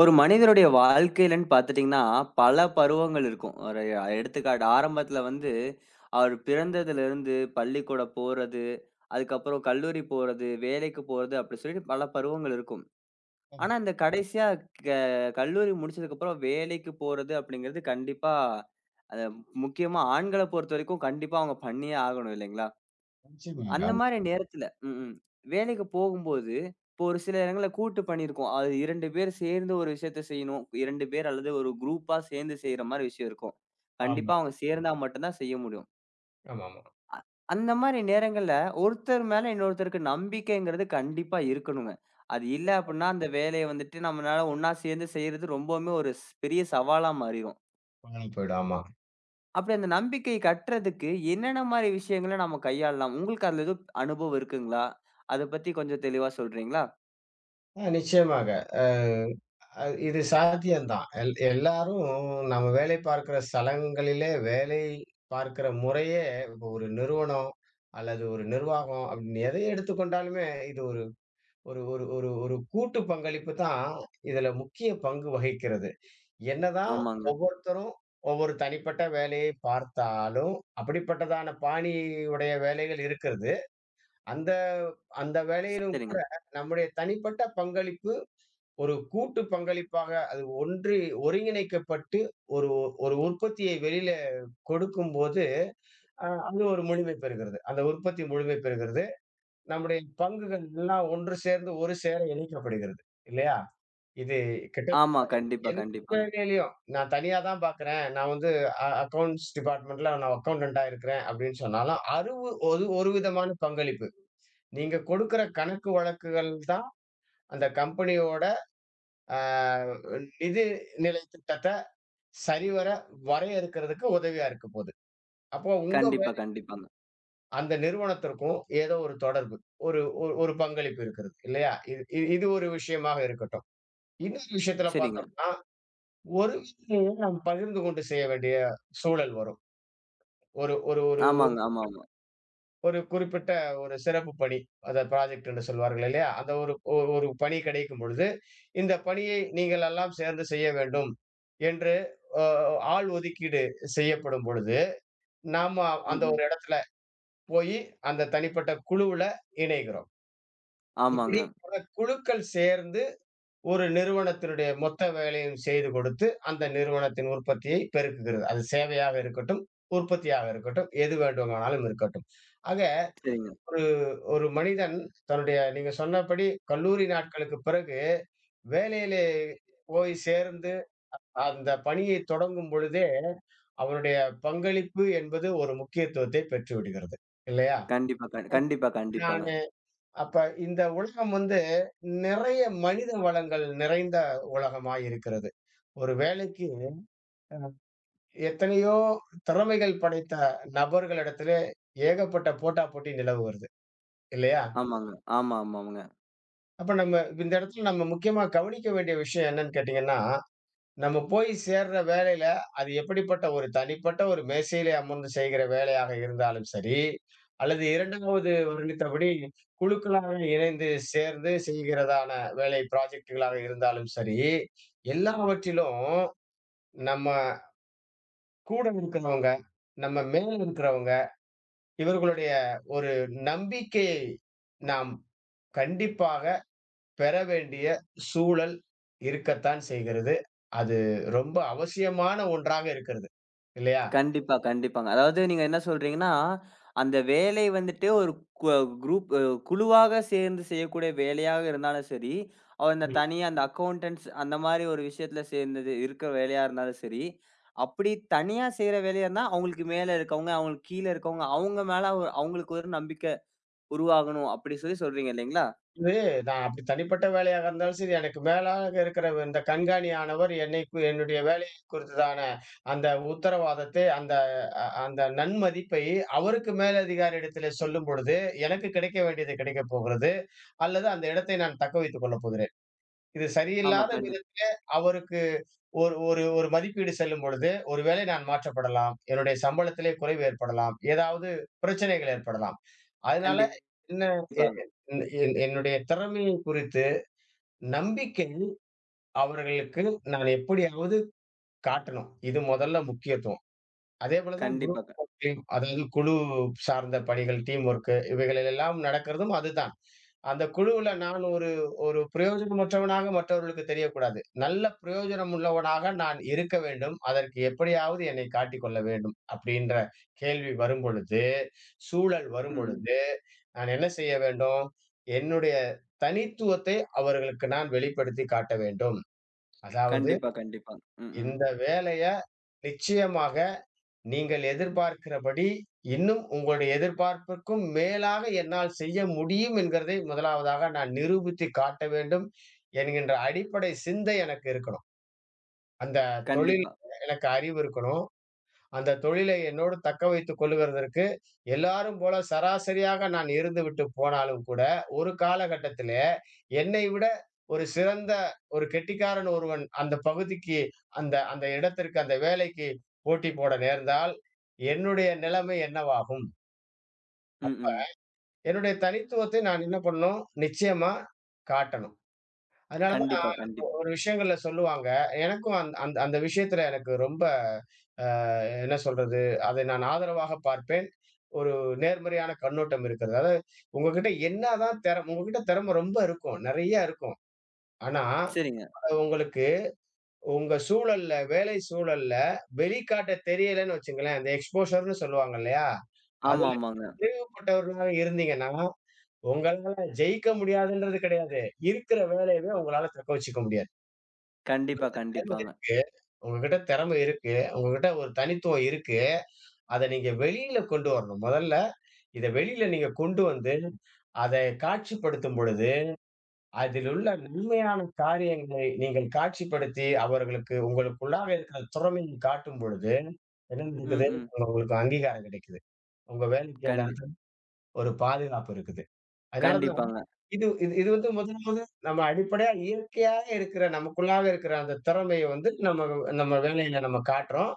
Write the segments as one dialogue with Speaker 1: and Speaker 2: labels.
Speaker 1: ஒரு மனிதனுடைய வாழ்க்கையிலன்னு பார்த்துட்டீங்கன்னா, பல பருவங்கள் இருக்கும். ஒரு எடுத்துக்காட்டு ஆரம்பத்தில வந்து அவர் பிறந்ததிலிருந்து பள்ளிக்கூடம் போறது, அதுக்கப்புறம் கல்லூரி போறது, வேலைக்கு போறது அப்படி சொல்லிட்டு பல பருவங்கள் இருக்கும்.
Speaker 2: ஆமா.
Speaker 1: ஆனா, இந்த கடைசியா க கல்லூரி முடிச்சதுக்கப்புறம் வேலைக்கு போறது அப்படிங்கிறது கண்டிப்பா, அது முக்கியமா ஆண்கள பொறுத்தவரைக்கும் கண்டிப்பா அவங்க பண்ணியே ஆகணும் இல்லைங்களா? அந்த
Speaker 2: நிச்சயமாக.
Speaker 1: மாரி நேரத்துல ம். ம். வேலைக்கு போகும்போது, இப்போ ஒரு சில இடங்கள்ல கூட்டு பணி இருக்கும். அது 2 பேர் சேர்ந்து ஒரு விஷயத்த செய்யணும். 2 பேர் அல்லது ஒரு குரூப்பா சேர்ந்து செய்ற மாரி விஷயம் இருக்கும்.
Speaker 2: ஆமா,
Speaker 1: கண்டிப்பா அவங்க சேர்ந்தா மட்டும் தான் செய்ய முடியும்.
Speaker 2: ஆமாமா.
Speaker 1: அ அந்த மாரி நேரங்கள்ல ஒருத்தர் மேல இன்னொருத்தருக்கு நம்பிக்கைங்கிறது கண்டிப்பா இருக்கணுங்க. அது இல்ல அப்டின்னா அந்த வேலைய வந்துட்டு நம்மளால ஒண்ணா சேர்ந்து செய்றது ரொம்பவுமே ஒரு பெரிய சவாலா மாறிரும்.
Speaker 2: காணாம போயிடும். ஆமா.
Speaker 1: அப்படி அந்த நம்பிக்கை கட்டுறதுக்கு என்னென்ன மாரி விஷயங்கள நம்ம கையாளலாம்? உங்களுக்கு அதுல எதுவும் அனுபவம் இருக்குங்களா? அத பத்தி கொஞ்சம் தெளிவா சொல்றீங்களா?
Speaker 2: நிச்சயமாக. அ அ இது சாத்தியம்தான். எல்லாரும் நம்ம வேலை பார்க்கிற ஸ்தலங்களிலே வேலை பார்க்கிற முறையே, இப்போ ஒரு நிறுவனம் அல்லது ஒரு நிர்வாகம் அப்படின்னு எதை எடுத்துக்கொண்டாலுமே, இது ஒரு ஒரு ஒரு ஒரு ஒரு கூட்டு பங்களிப்பு தான் இதுல முக்கிய பங்கு வகிக்கிறது. என்னதான்
Speaker 1: ஆமாங்க.
Speaker 2: ஒவ்வொருத்தரும் ஒவ்வொரு தனிப்பட்ட வேலையை பார்த்தாலும், அப்படிப்பட்டதான பாணி உடைய வேலைகள் இருக்கிறது. அந்த அந்த வேலையிலும் கூட
Speaker 1: சரிங்க.
Speaker 2: நம்முடைய தனிப்பட்ட பங்களிப்பு ஒரு கூட்டு பங்களிப்பாக அது ஒன்றி ஒருங்கிணைக்கப்பட்டு ஒரு ஒரு உற்பத்தியை வெளியில கொடுக்கும்போது, அது ஒரு முழுமை பெறுகிறது. அந்த உற்பத்தி முழுமை பெறுகிறது. நம்முடைய பங்குகள் எல்லாம் ஒன்று சேர்ந்து ஒரு சேர இணைக்கப்படுகிறது. இல்லையா? இது
Speaker 1: ஆமா.
Speaker 2: கிட்டத்தட்ட
Speaker 1: கண்டிப்பா,
Speaker 2: எந்த
Speaker 1: கண்டிப்பாங்க.
Speaker 2: வேலையிலயும் நான் தனியா தான் பார்க்கிறேன். நான் வந்து அக்கவுண்ட்ஸ் டிபார்ட்மென்ட்ல நான் அக்கவுண்டன்ட்டா இருக்கிறேன் அப்படின்னு சொன்னாலும், அறுவு ஒரு ஒரு விதமான பங்களிப்பு. நீங்க கொடுக்கிற கணக்கு வழக்குகள் தான் அந்த கம்பெனியோட அ நிதி நிலை திட்டத்த சரிவர வரையறுக்கிறதுக்கு உதவியா இருக்க போது. அப்போ உங்க வே
Speaker 1: கண்டிப்பா, கண்டிப்பாங்க.
Speaker 2: அந்த நிறுவனத்திற்கும் ஏதோ ஒரு தொடர்பு, ஒரு ஒரு ஒரு பங்களிப்பு இருக்கிறது இல்லையா? இது இது இது ஒரு விஷயமாக இருக்கட்டும். இன்னொரு விஷயத்துல
Speaker 1: சரிங்க.
Speaker 2: பார்த்தோம்னா, ஒரு விஷயம் நாம் பகிர்ந்து கொண்டு செய்ய வேண்டிய சூழல் வரும். ஒரு ஒரு ஒரு
Speaker 1: ஆமாங்க. ஆமாமா.
Speaker 2: ஒரு குறிப்பிட்ட ஒரு சிறப்பு பணி. அத ப்ராஜெக்ட் என்று சொல்வார்கள் இல்லையா? அந்த ஒரு பணி கிடைக்கும் பொழுது, இந்த பணியை நீங்கள் எல்லாம் சேர்ந்து செய்ய வேண்டும் என்று அ ஆள் ஒதுக்கீடு செய்யப்படும் பொழுது, நாம
Speaker 1: ம்,
Speaker 2: அந்த
Speaker 1: ம்.
Speaker 2: ஒரு இடத்துல போயி அந்த தனிப்பட்ட குழுவுல இணைகிறோம். இப்படி
Speaker 1: ஆமாங்க.
Speaker 2: பல குழுக்கள் சேர்ந்து ஒரு நிறுவனத்தினுடைய மொத்த வேலையும் செய்து கொடுத்து, அந்த நிறுவனத்தின் உற்பத்தியை பெருக்குகிறது. அது சேவையாக இருக்கட்டும், உற்பத்தியாக இருக்கட்டும், எது வேண்டுமானாலும் இருக்கட்டும். ஆக
Speaker 1: சரிங்க.
Speaker 2: ஒரு ஒரு மனிதன் தன்னுடைய, நீங்க சொன்னபடி, கல்லூரி நாட்களுக்கு பிறகு வேலையிலே போய் சேர்ந்து அந்த பணியை தொடங்கும் பொழுதே அவனுடைய பங்களிப்பு என்பது ஒரு முக்கியத்துவத்தை பெற்று விடுகிறது இல்லையா?
Speaker 1: கண்டிப்பா, கண்டிப்பா, கண்டிப்பாங்க.
Speaker 2: நானு அப்ப இந்த உலகம் வந்து நிறைய மனித வளங்கள் நிறைந்த உலகமாய் இருக்கிறது. ஒரு வேலைக்கு எத்தனையோ திறமைகள் படைத்த நபர்களிடத்திலே ஏகப்பட்ட போட்டா போட்டி நிலவுகிறது இல்லையா?
Speaker 1: ஆமாங்க. ஆமா, ஆமாங்க.
Speaker 2: அப்ப நம்ம இந்த இடத்துல நம்ம முக்கியமா கவனிக்க வேண்டிய விஷயம் என்னன்னு கேட்டீங்கன்னா, நம்ம போய் சேர்ற வேலையில, அது எப்படிப்பட்ட ஒரு தனிப்பட்ட ஒரு மேசையிலே அமர்ந்து செய்கிற வேலையாக இருந்தாலும் சரி, அல்லது 2வது வர்ணித்தபடி குழுக்களாக இணைந்து சேர்ந்து செய்கிறதான வேலை ப்ராஜெக்ட்களாக இருந்தாலும் சரி, எல்லாவற்றிலும் நம்ம கூட இருக்கிறவங்க, நம்ம மேல இருக்கிறவங்க, இவர்களுடைய ஒரு நம்பிக்கையை நாம் கண்டிப்பாக பெற வேண்டிய சூழல் இருக்கத்தான் செய்கிறது. அது ரொம்ப அவசியமான ஒன்றாக இருக்கிறது. இல்லையா?
Speaker 1: கண்டிப்பா, கண்டிப்பாங்க. அதாவது நீங்க என்ன சொல்றீங்கன்னா, அந்த வேலை வந்துட்டு ஒரு கு குரூப் குழுவாக சேர்ந்து செய்யக்கூடிய வேலையாக இருந்தாலும் சரி, அந்த
Speaker 2: ம்.
Speaker 1: தனியா அந்த அக்கவுண்டன்ட்ஸ் அந்த மாரி ஒரு விஷயத்துல சேர்ந்தது இருக்கிற வேலையா இருந்தாலும் சரி, அப்படி தனியா செய்ற வேலையா இருந்தா, அவங்களுக்கு மேல இருக்கவங்க, அவங்களுக்கு கீழ இருக்கவங்க, அவங்களுக்கு ஒரு நம்பிக்கை உருவாகணும் அப்படி சொல்லி சொல்றீங்க இல்லைங்களா?
Speaker 2: இது, நான் அப்படி தனிப்பட்ட வேலையாக இருந்தாலும் சரி, எனக்கு மேலாக இருக்கிற இந்த கண்காணியானவர் என்னை என்னுடைய வேலையை குறித்ததான அந்த உத்தரவாதத்தை, அந்த, அந்த நன்மதிப்பை அவருக்கு மேலதிகாரியிடத்திலே சொல்லும் பொழுது, எனக்கு கிடைக்க வேண்டியது கிடைக்கப் போகிறது. அல்லது அந்த இடத்தை நான் தக்க வைத்துக் கொள்ளப் போகிறேன். இது
Speaker 1: ஆமா.
Speaker 2: சரியில்லாத வித அவருக்கு ஒரு ஒரு ஒரு மதிப்பீடு செல்லும் பொழுது, ஒருவேளை நான் மாற்றப்படலாம். என்னுடைய சம்பளத்திலே குறைவு ஏற்படலாம். ஏதாவது பிரச்சனைகள் ஏற்படலாம். அதனால,
Speaker 1: கண்டிப்பா.
Speaker 2: என்ன எ என் என் என்னுடைய திறமையை குறித்து நம்பிக்கை அவர்களுக்கு நான் எப்படியாவது காட்டணும். இது முதல்ல முக்கியத்துவம். அதேபோல தான்
Speaker 1: கண்டிப்பா.
Speaker 2: குரூப் ஒர்க், அதாவது குழு சார்ந்த பணிகள், டீம் ஒர்க் இவைகளில் எல்லாம் நடக்கிறதும் அதுதான். அந்த குழுவுல நான் ஒரு ஒரு பிரயோஜனமற்றவனாக மற்றவர்களுக்கு தெரியக்கூடாது. நல்ல பிரயோஜனம் உள்ளவனாக நான் இருக்க வேண்டும். அதற்கு எப்படியாவது என்னை காட்டிக்கொள்ள வேண்டும். அப்படின்ற கேள்வி வரும்பொழுது, சூழல்
Speaker 1: ம், ம்.
Speaker 2: வரும்பொழுது, நான் என்ன செய்ய வேண்டும்? என்னுடைய தனித்துவத்தை அவர்களுக்கு நான் வெளிப்படுத்தி காட்ட வேண்டும். அதாவது,
Speaker 1: கண்டிப்பா, கண்டிப்பா. ம், ம்.
Speaker 2: இந்த வேலைய நிச்சயமாக நீங்கள் எதிர்பார்க்கிறபடி, இன்னும் உங்களுடைய எதிர்பார்ப்பிற்கும் மேலாக என்னால் செய்ய முடியும் என்கிறதை முதலாவதாக நான் நிரூபித்து காட்ட வேண்டும் என்கின்ற அடிப்படை சிந்தை எனக்கு இருக்கணும். அந்த தொழில்
Speaker 1: கண்டிப்பா.
Speaker 2: எனக்கு அறிவு இருக்கணும். அந்த தொழிலை என்னோடு தக்க வைத்துக் கொள்ளுகிறதற்கு, எல்லாரும் போல சராசரியாக நான் இருந்துவிட்டு போனாலும் கூட, ஒரு காலகட்டத்திலே என்னை விட ஒரு சிறந்த ஒரு கெட்டிக்காரன் ஒருவன் அந்த பகுதிக்கு, அந்த அந்த இடத்திற்கு, அந்த வேலைக்கு போட்டி போட நேர்ந்தால், என்னுடைய நிலைமை என்னவாகும்?
Speaker 1: ம், ம்.
Speaker 2: என்னுடைய தனித்துவத்தை நான் என்ன பண்ணணும்? நிச்சயமா காட்டணும். அதனால,
Speaker 1: கண்டிப்பா, கண்டிப்பா.
Speaker 2: ஒரு விஷயங்கள்ல சொல்லுவாங்க. எனக்கும், அந்த விஷயத்துல எனக்கு ரொம்ப, அ என்ன சொல்றது, அதை நான் ஆதரவாக பார்ப்பேன். ஒரு நேர்மறையான கண்ணோட்டம் இருக்கிறது. அதாவது, உங்ககிட்ட என்னதான் திறம், உங்ககிட்ட திறமை ரொம்ப இருக்கும். நெறைய இருக்கும். ஆனா,
Speaker 1: சரிங்க.
Speaker 2: அது உங்களுக்கு உங்க சூழல்ல, வேலை சூழல்ல வெளிக்காட்ட தெரியலன்னு வச்சுங்களேன், அந்த எக்ஸ்போஷர்ன்னு சொல்லுவாங்க இல்லையா?
Speaker 1: ஆமா,
Speaker 2: அதுல
Speaker 1: ஆமாங்க.
Speaker 2: பிரிவுபட்டவர்களா இருந்தீங்கன்னா, உங்களால ஜெயிக்க முடியாதுன்றது கிடையாது. இருக்கிற வேலையவே உங்களால தக்க வச்சுக்க முடியாது.
Speaker 1: கண்டிப்பா,
Speaker 2: திறமை
Speaker 1: கண்டிப்பாங்க.
Speaker 2: இருக்கு. உங்ககிட்ட திறமை இருக்கு. உங்ககிட்ட ஒரு தனித்துவம் இருக்கு. அத நீங்க வெளியில கொண்டு வரணும். முதல்ல இத வெளியில நீங்க கொண்டு வந்து, அதை காட்சிப்படுத்தும் பொழுது, அதில் உள்ள நன்மையான காரியங்களை நீங்கள் காட்சிப்படுத்தி, அவர்களுக்கு உங்களுக்குள்ளாக இருக்கிற திறமையை காட்டும் பொழுது, என்ன
Speaker 1: ம்,
Speaker 2: நடக்குது?
Speaker 1: ம்.
Speaker 2: உங்களுக்கு அங்கீகாரம் கிடைக்குது. உங்க வேலைக்கு அந்த
Speaker 1: கண்டி
Speaker 2: இடத்துல ஒரு பாதுகாப்பு இருக்குது. அதனால தான்
Speaker 1: கண்டிப்பாங்க.
Speaker 2: இது இது இது வந்து முதல் முத நம்ம அடிப்படையா இயற்கையாக இருக்கிற நமக்குள்ளாக இருக்கிற அந்த திறமைய வந்து நம்ம நம்ம வேலையில நம்ம காட்டுறோம்.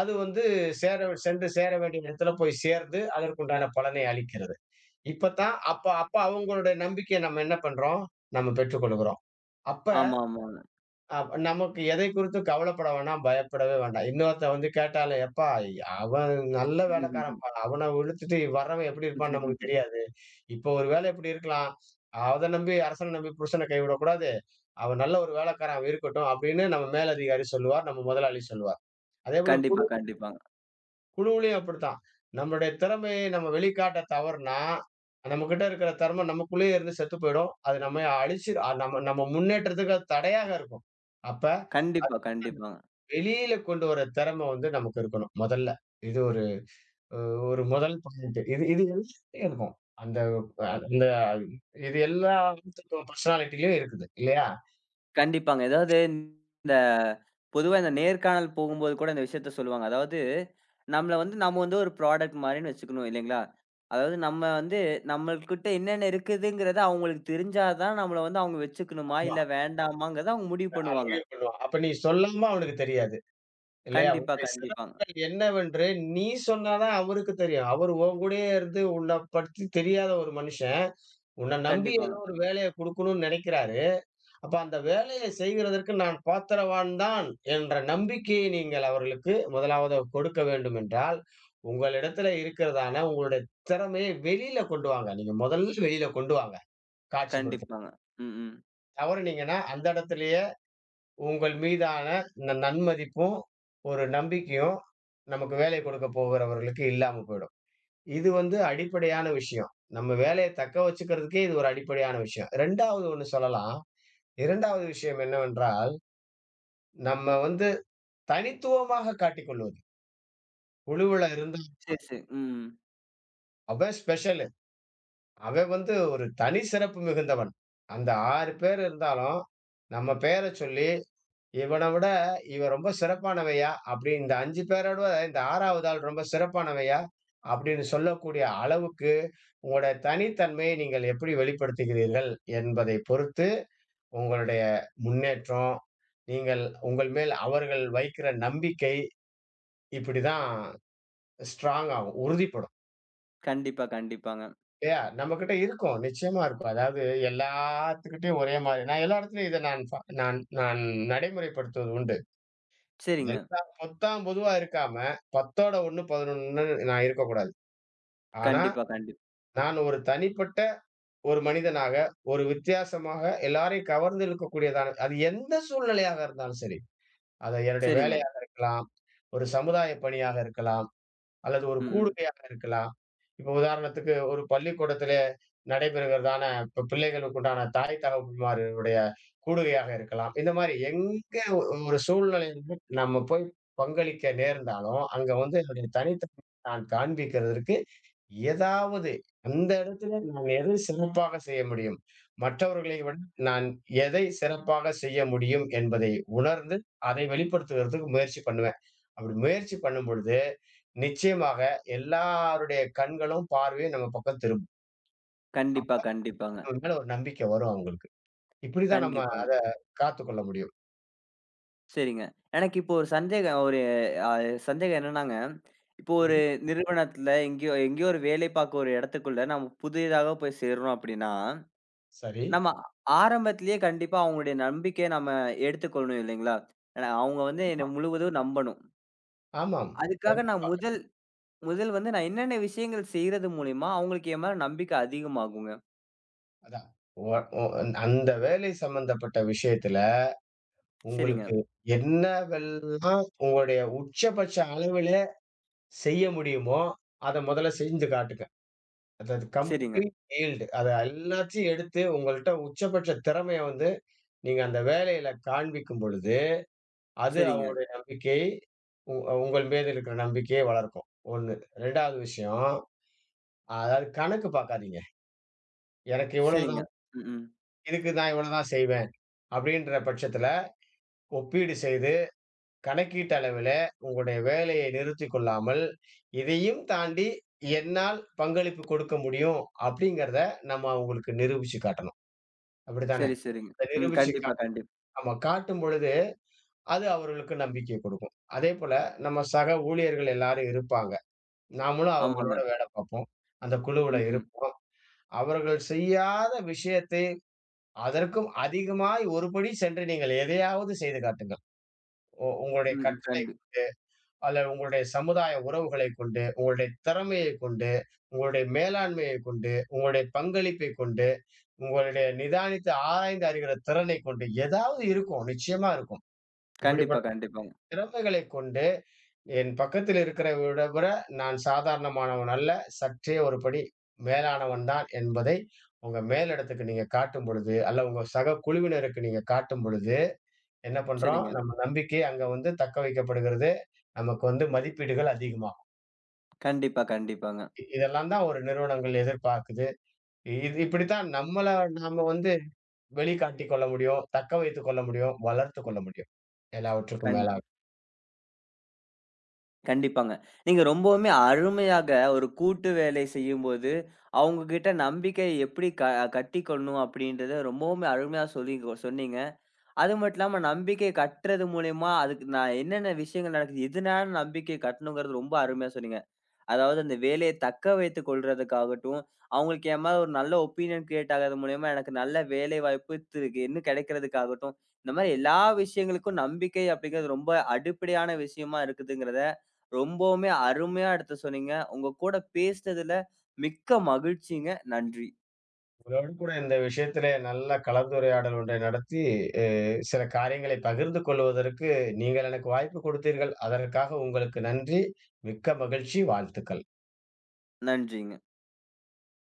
Speaker 2: அது வந்து சேர சென்று சேர வேண்டிய இடத்துல போய் சேர்ந்து, அதற்குண்டான பலனை அளிக்கிறது. இப்ப தான் அப்ப அப்ப அவங்களுடைய நம்பிக்கைய நம்ம என்ன பண்றோம்? நம்ம பெற்றுக்கொள்கிறோம். அப்ப,
Speaker 1: ஆமா, ஆமாங்க.
Speaker 2: நமக்கு எதை குறித்தும் கவலைப்பட வேணாம், பயப்படவே வேண்டாம். இன்னொருத்தன் வந்து கேட்டாலே, "எப்பா அவன் நல்ல
Speaker 1: ம்ஹ்ஹ்ம்.
Speaker 2: வேலைக்காரன்ப்பா. அவன இழுத்துட்டு வர்றவன் எப்படி இருப்பான்னு நமக்கு தெரியாது. இப்போ ஒரு வேளை இப்படி இருக்கலாம். அத நம்பி அரசன நம்பி புருஷன கைவிடக்கூடாது. அவன் நல்ல ஒரு வேலைக்காரன், அவன் இருக்கட்டும்." அப்படின்னு நம்ம மேலதிகாரி சொல்லுவார். நம்ம முதலாளி சொல்லுவார். அதேபோல
Speaker 1: கண்டிப்பா, கண்டிப்பாங்க.
Speaker 2: குழுவுலயும் அப்படித்தான். நம்மளுடைய திறமையை நம்ம வெளிக்காட்ட தவறுனா, நம்மகிட்ட இருக்கிற திறமை நமக்குள்ளேயே இருந்து செத்து போயிடும். அது நம்மய அழிச்சு, நம்ம நம்ம முன்னேற்றத்துக்கு அது தடையாக இருக்கும். அப்ப,
Speaker 1: கண்டிப்பா, கண்டிப்பாங்க.
Speaker 2: வெளியில கொண்டு வர திறமை வந்து நமக்கு இருக்கணும், முதல்ல. இது ஒரு, அ ஒரு முதல் பாயிண்ட். இது இது எல்லாத்துலயும் இருக்கும். அந்த, அந்த, இது எல்லா பர்சனாலிட்டிலயும் இருக்குது, இல்லையா?
Speaker 1: கண்டிப்பாங்க. எதாவது இந்த பொதுவா இந்த நேர்காணல் போகும்போது கூட இந்த விஷயத்த சொல்லுவாங்க. அதாவது, நம்மள வந்து நம்ம வந்து ஒரு ப்ராடக்ட் மாரின்னு வச்சுக்கணும் இல்லைங்களா? அதாவது நம்ம வந்து நம்மள்கிட்ட என்னென்ன இருக்குதுங்கிறது அவங்களுக்கு தெரிஞ்சா தான் நம்மள வந்து அவங்க வச்சுக்கணுமா,
Speaker 2: ஆமா.
Speaker 1: இல்ல வேண்டாமாங்கிறத அவங்க முடிவு
Speaker 2: அவன்
Speaker 1: பண்ணுவாங்க.
Speaker 2: முடிவு பண்ணுவான். அப்ப நீ சொல்லாம அவனுக்கு தெரியாது, இல்லையா?
Speaker 1: கண்டிப்பா,
Speaker 2: உன்னுடைய
Speaker 1: கண்டிப்பாங்க.
Speaker 2: சிறப்புகள் என்னவென்று நீ சொன்னா தான் அவருக்கு தெரியும். அவரு உன் கூடயே இருந்து உன்ன பத்தி தெரியாத ஒரு மனுஷன், உன்ன நம்பி ஏதோ
Speaker 1: கண்டிப்பாங்க.
Speaker 2: ஒரு வேலைய குடுக்கணும்னு நெனைக்கிறாரு. அப்ப அந்த வேலையை செய்கிறதற்கு நான் பாத்திரவான் தான் என்ற நம்பிக்கையை நீங்கள் அவர்களுக்கு முதலாவது கொடுக்க வேண்டும் என்றால், உங்களிடத்துல இருக்கிறதான உங்களுடைய திறமைய வெளியில கொண்டு வாங்க. நீங்க முதல்ல வெளியில கொண்டு வாங்க. காட்சிப்படுத்து.
Speaker 1: கண்டிப்பாங்க. ம், ம்.
Speaker 2: தவறுனீங்கன்னா அந்த இடத்திலேயே உங்கள் மீதான இந்த நன்மதிப்பும், ஒரு நம்பிக்கையும் நமக்கு வேலை கொடுக்க போகிறவர்களுக்கு இல்லாம போயிடும். இது வந்து அடிப்படையான விஷயம். நம்ம வேலைய தக்க வச்சுக்கிறதுக்கே இது ஒரு அடிப்படையான விஷயம். 2வது ஒண்ணு சொல்லலாம். 2வது விஷயம் என்னவென்றால், நம்ம வந்து தனித்துவமாக காட்டிக்கொள்வது. குழுவுல இருந்து
Speaker 1: சரி, சரி. ம்.
Speaker 2: அவன் ஸ்பெஷலு. அவன் வந்து ஒரு தனி சிறப்பு மிகுந்தவன். அந்த 6 பேர் இருந்தாலும், நம்ம பேர சொல்லி, இவன விட இவன் ரொம்ப சிறப்பானவையா, அப்படி இந்த 5 பேரோட இந்த 6வது ஆள் ரொம்ப சிறப்பானவையா, அப்படின்னு சொல்லக்கூடிய அளவுக்கு உங்களுடைய தனித்தன்மையை நீங்கள் எப்படி வெளிப்படுத்துகிறீர்கள் என்பதை பொறுத்து, உங்களுடைய முன்னேற்றம், நீங்கள் உங்கள் மேல் அவர்கள் வைக்கிற நம்பிக்கை இப்படிதான் ஸ்ட்ராங் ஆகும். உறுதிப்படும்.
Speaker 1: கண்டிப்பா, கண்டிப்பாங்க.
Speaker 2: நம்மகிட்ட இருக்கும். நிச்சயமா இருக்கும். அதாவது, எல்லாத்துக்கிட்டயும் ஒரே மாரி நான் எல்லா இடத்துலயும் இத நான் ப நான் நான் நடைமுறைப்படுத்துவது உண்டு.
Speaker 1: சரிங்க.
Speaker 2: எல்லா பொத்தாம் பொதுவா இருக்காம, 10ஓட 1, 11ன்னு நான் இருக்கக்கூடாது. ஆனா,
Speaker 1: கண்டிப்பா,
Speaker 2: நான் ஒரு தனிப்பட்ட ஒரு மனிதனாக, ஒரு வித்தியாசமாக எல்லாரையும் கவர்ந்து இழுக்கக்கூடியதான அது எந்த சூழ்நிலையாக இருந்தாலும் சரி. அது என்னுடைய
Speaker 1: சரிங்க.
Speaker 2: வேலையாக இருக்கலாம், ஒரு சமுதாய பணியாக இருக்கலாம், அல்லது ஒரு
Speaker 1: ம், ம்.
Speaker 2: கூடுகையாக இருக்கலாம். இப்போ உதாரணத்துக்கு ஒரு பள்ளிக்கூடத்திலே நடைபெறுகிறதான இப்ப பிள்ளைகளுக்கு உண்டான தாய் தகவல்மார்களுடைய கூடுகையாக இருக்கலாம். இந்த மாரி எங்க ஒ ஒரு சூழ்நிலையில நம்ம போய் பங்களிக்க நேர்ந்தாலும், அங்க வந்து என்னுடைய தனித்தன்மையை நான் காண்பிக்கிறதற்கு ஏதாவது, அந்த இடத்திலே நான் எதை சிறப்பாக செய்ய முடியும், மற்றவர்களை விட நான் எதை சிறப்பாக செய்ய முடியும் என்பதை உணர்ந்து, அதை வெளிப்படுத்துவதற்கு முயற்சி பண்ணுவேன். அப்படி முயற்சி பண்ணும் பொழுது, நிச்சயமாக எல்லாருடைய கண்களும், பார்வையும் நம்ம பக்கம் திரும்பும். அப்ப
Speaker 1: கண்டிப்பா, கண்டிப்பாங்க.
Speaker 2: நம்ம மேல ஒரு நம்பிக்கை வரும் அவங்களுக்கு. இப்படிதான் நம்ம
Speaker 1: கண்டிப்பாங்க.
Speaker 2: அத காத்துக்கொள்ள முடியும்.
Speaker 1: சரிங்க. எனக்கு இப்போ ஒரு சந்தேகம் ஒரு அ சந்தேகம் என்னன்னாங்க, இப்போ ஒரு
Speaker 2: ம்.
Speaker 1: நிறுவனத்துல எங்கேயோ எங்கேயோ ஒரு வேலை பார்க்க ஒரு இடத்துக்குள்ள நம்ம புதிதாக போய் சேர்றோம் அப்படின்னா,
Speaker 2: சரி.
Speaker 1: நம்ம ஆரம்பத்திலேயே கண்டிப்பா அவங்களுடைய நம்பிக்கைய நம்ம எடுத்துக்கொள்ளணும் இல்லைங்களா? ஏன்னா அவங்க வந்து என்ன முழுவதும் நம்பணும்.
Speaker 2: ஆமாம். கண்
Speaker 1: அதுக்காக நான் முதல் முதல் வந்து நான் என்னென்ன விஷயங்கள் செய்றது மூலியமா அவங்களுக்கு என் மேல நம்பிக்கை அதிகமாகுங்க?
Speaker 2: அதான். ஒ ஒ அந்த வேலை சம்பந்தப்பட்ட விஷயத்துல
Speaker 1: சரிங்க,
Speaker 2: உங்களுக்கு என்னவெல்லாம் உங்களுடைய உச்சபட்ச அளவிலே செய்ய முடியுமோ, அத முதல்ல செஞ்சு காட்டுங்க. அது அது
Speaker 1: சரிங்க,
Speaker 2: கம்ப்ளீட் ஈல்டு. அத எல்லாத்தையும் எடுத்து உங்கள்ட்ட உச்சபட்ச திறமைய வந்து, நீங்க அந்த வேலையில காண்பிக்கும் பொழுது, அது
Speaker 1: சரிங்க,
Speaker 2: அவங்களுடைய நம்பிக்கையை, உ உங்கள் மீது இருக்கிற நம்பிக்கையை வளர்க்கும். 1. 2வது விஷயம், அதாவது கணக்கு பார்க்காதீங்க. எனக்கு
Speaker 1: சரிங்க.
Speaker 2: இவ்வளவுதான்,
Speaker 1: ம், ம்.
Speaker 2: இதுக்கு நான் இவ்வளவுதான் செய்வேன். அப்படின்ற பட்சத்தில ஒப்பீடு செய்து கணக்கீட்டு அளவில உங்களுடைய வேலையை நிறுத்திக் கொள்ளாமல், இதையும் தாண்டி என்னால் பங்களிப்பு கொடுக்க முடியும் அப்படிங்கிறத நம்ம அவங்களுக்கு நிரூபிச்சு காட்டணும். அப்படித்தான?
Speaker 1: சரி, சரிங்க.
Speaker 2: அத
Speaker 1: ம்.
Speaker 2: நிரூபிச்சு
Speaker 1: கண்டிப்பா,
Speaker 2: காட் ஆமா, காட்டும் பொழுது, அது அவர்களுக்கு நம்பிக்கை குடுக்கும். அதேபோல நம்ம சக ஊழியர்கள் எல்லாரும் இருப்பாங்க. நாமளும்
Speaker 1: ஆமாங்க.
Speaker 2: அவங்களோட வேல பார்ப்போம். அந்த குழுவுல
Speaker 1: ம், ம்,
Speaker 2: இருப்போம். அவர்கள் செய்யாத விஷயத்தை அதற்கும் அதிகமாய் ஒருபடி சென்று நீங்கள் எதையாவது செய்து காட்டுங்கள். உங்களுடைய
Speaker 1: ம், ம்.
Speaker 2: கட்டளை அல்ல, உங்களுடைய சமுதாய உறவுகளைக் கொண்டு, உங்களுடைய திறமையைக் கொண்டு, உங்களுடைய மேலாண்மையைக் கொண்டு, உங்களுடைய பங்களிப்பைக் கொண்டு, உங்களுடைய நிதானித்து ஆராய்ந்து அறிகிற திறனைக் கொண்டு, ஏதாவது இருக்கும். நிச்சயமா இருக்கும்.
Speaker 1: கண்டிப்பா,
Speaker 2: இப்படிப்பட்ட
Speaker 1: கண்டிப்பாங்க.
Speaker 2: திறமைகளை கொண்டு என் பக்கத்தில் இருக்கிறவரை விட நான் சாதாரணமானவன் அல்ல, சற்றே ஒரு படி மேலானவன் தான் என்பதை உங்க மேலிடத்துக்கு நீங்க காட்டும் பொழுது அல்ல உங்க சக குழுவினருக்கு நீங்க காட்டும் பொழுது, என்ன பண்றோம்,
Speaker 1: சரிங்க.
Speaker 2: நம்ம நம்பிக்கை அங்க வந்து தக்க வைக்கப்படுகிறது. நமக்கு வந்து மதிப்பீடுகள் அதிகமாகும்.
Speaker 1: கண்டிப்பா, கண்டிப்பாங்க.
Speaker 2: இ- இதெல்லாம் தான் ஒரு நிறுவனங்கள் எதிர்பார்க்குது. இ- இது இப்படித்தான் நம்மள நாம வந்து வெளிக்காட்டிக் கொள்ள முடியும், தக்க வைத்துக் கொள்ள முடியும், வளர்த்து கொள்ள முடியும். எல்லாவற்றுக்கும்
Speaker 1: கண்
Speaker 2: மேல
Speaker 1: கண்டிப்பாங்க. நீங்க ரொம்பவுமே அருமையாக ஒரு கூட்டு வேலை செய்யும்போது, அவங்க கிட்ட நம்பிக்கை எப்படி கட்டிக்கணும் அப்படின்றத ரொம்பவுமே அருமையா சொல்லி சொன்னீங்க. அது மட்டும் இல்லாம நம்பிக்கை கட்டுறது மூலியமா அதுக்கு நான் என்னென்ன விஷயங்கள் நடக்குது, எதனால நம்பிக்கை கட்டணுங்கிறது ரொம்ப அருமையா சொன்னீங்க. அதாவது அந்த வேலைய தக்க வைத்துக் கொள்றதுக்காகட்டும், அவங்களுக்கு என் மேல ஒரு நல்ல ஒப்பீனியன் கிரியேட் ஆகுறது மூலியமா எனக்கு நல்ல வேலை வாய்ப்பு இன்னும் கிடைக்கிறதுக்காகட்டும், இந்த மாரி எல்லா விஷயங்களுக்கும் நம்பிக்கை அப்படிங்கிறது ரொம்ப அடிப்படையான விஷயமா இருக்குதுங்கிறத, ரொம்பவுமே அருமையா எடுத்து சொன்னீங்க. உங்க கூட பேசினதுல மிக்க மகிழ்ச்சிங்க. நன்றி.
Speaker 2: உங்களோடு கூட இந்த விஷயத்திலே நல்ல கலந்துரையாடல் ஒன்றை நடத்தி, அ சில காரியங்களை பகிர்ந்து கொள்வதற்கு நீங்கள் எனக்கு வாய்ப்பு கொடுத்தீர்கள். அதற்காக உங்களுக்கு நன்றி. மிக்க மகிழ்ச்சி. வாழ்த்துக்கள்.
Speaker 1: நன்றிங்க.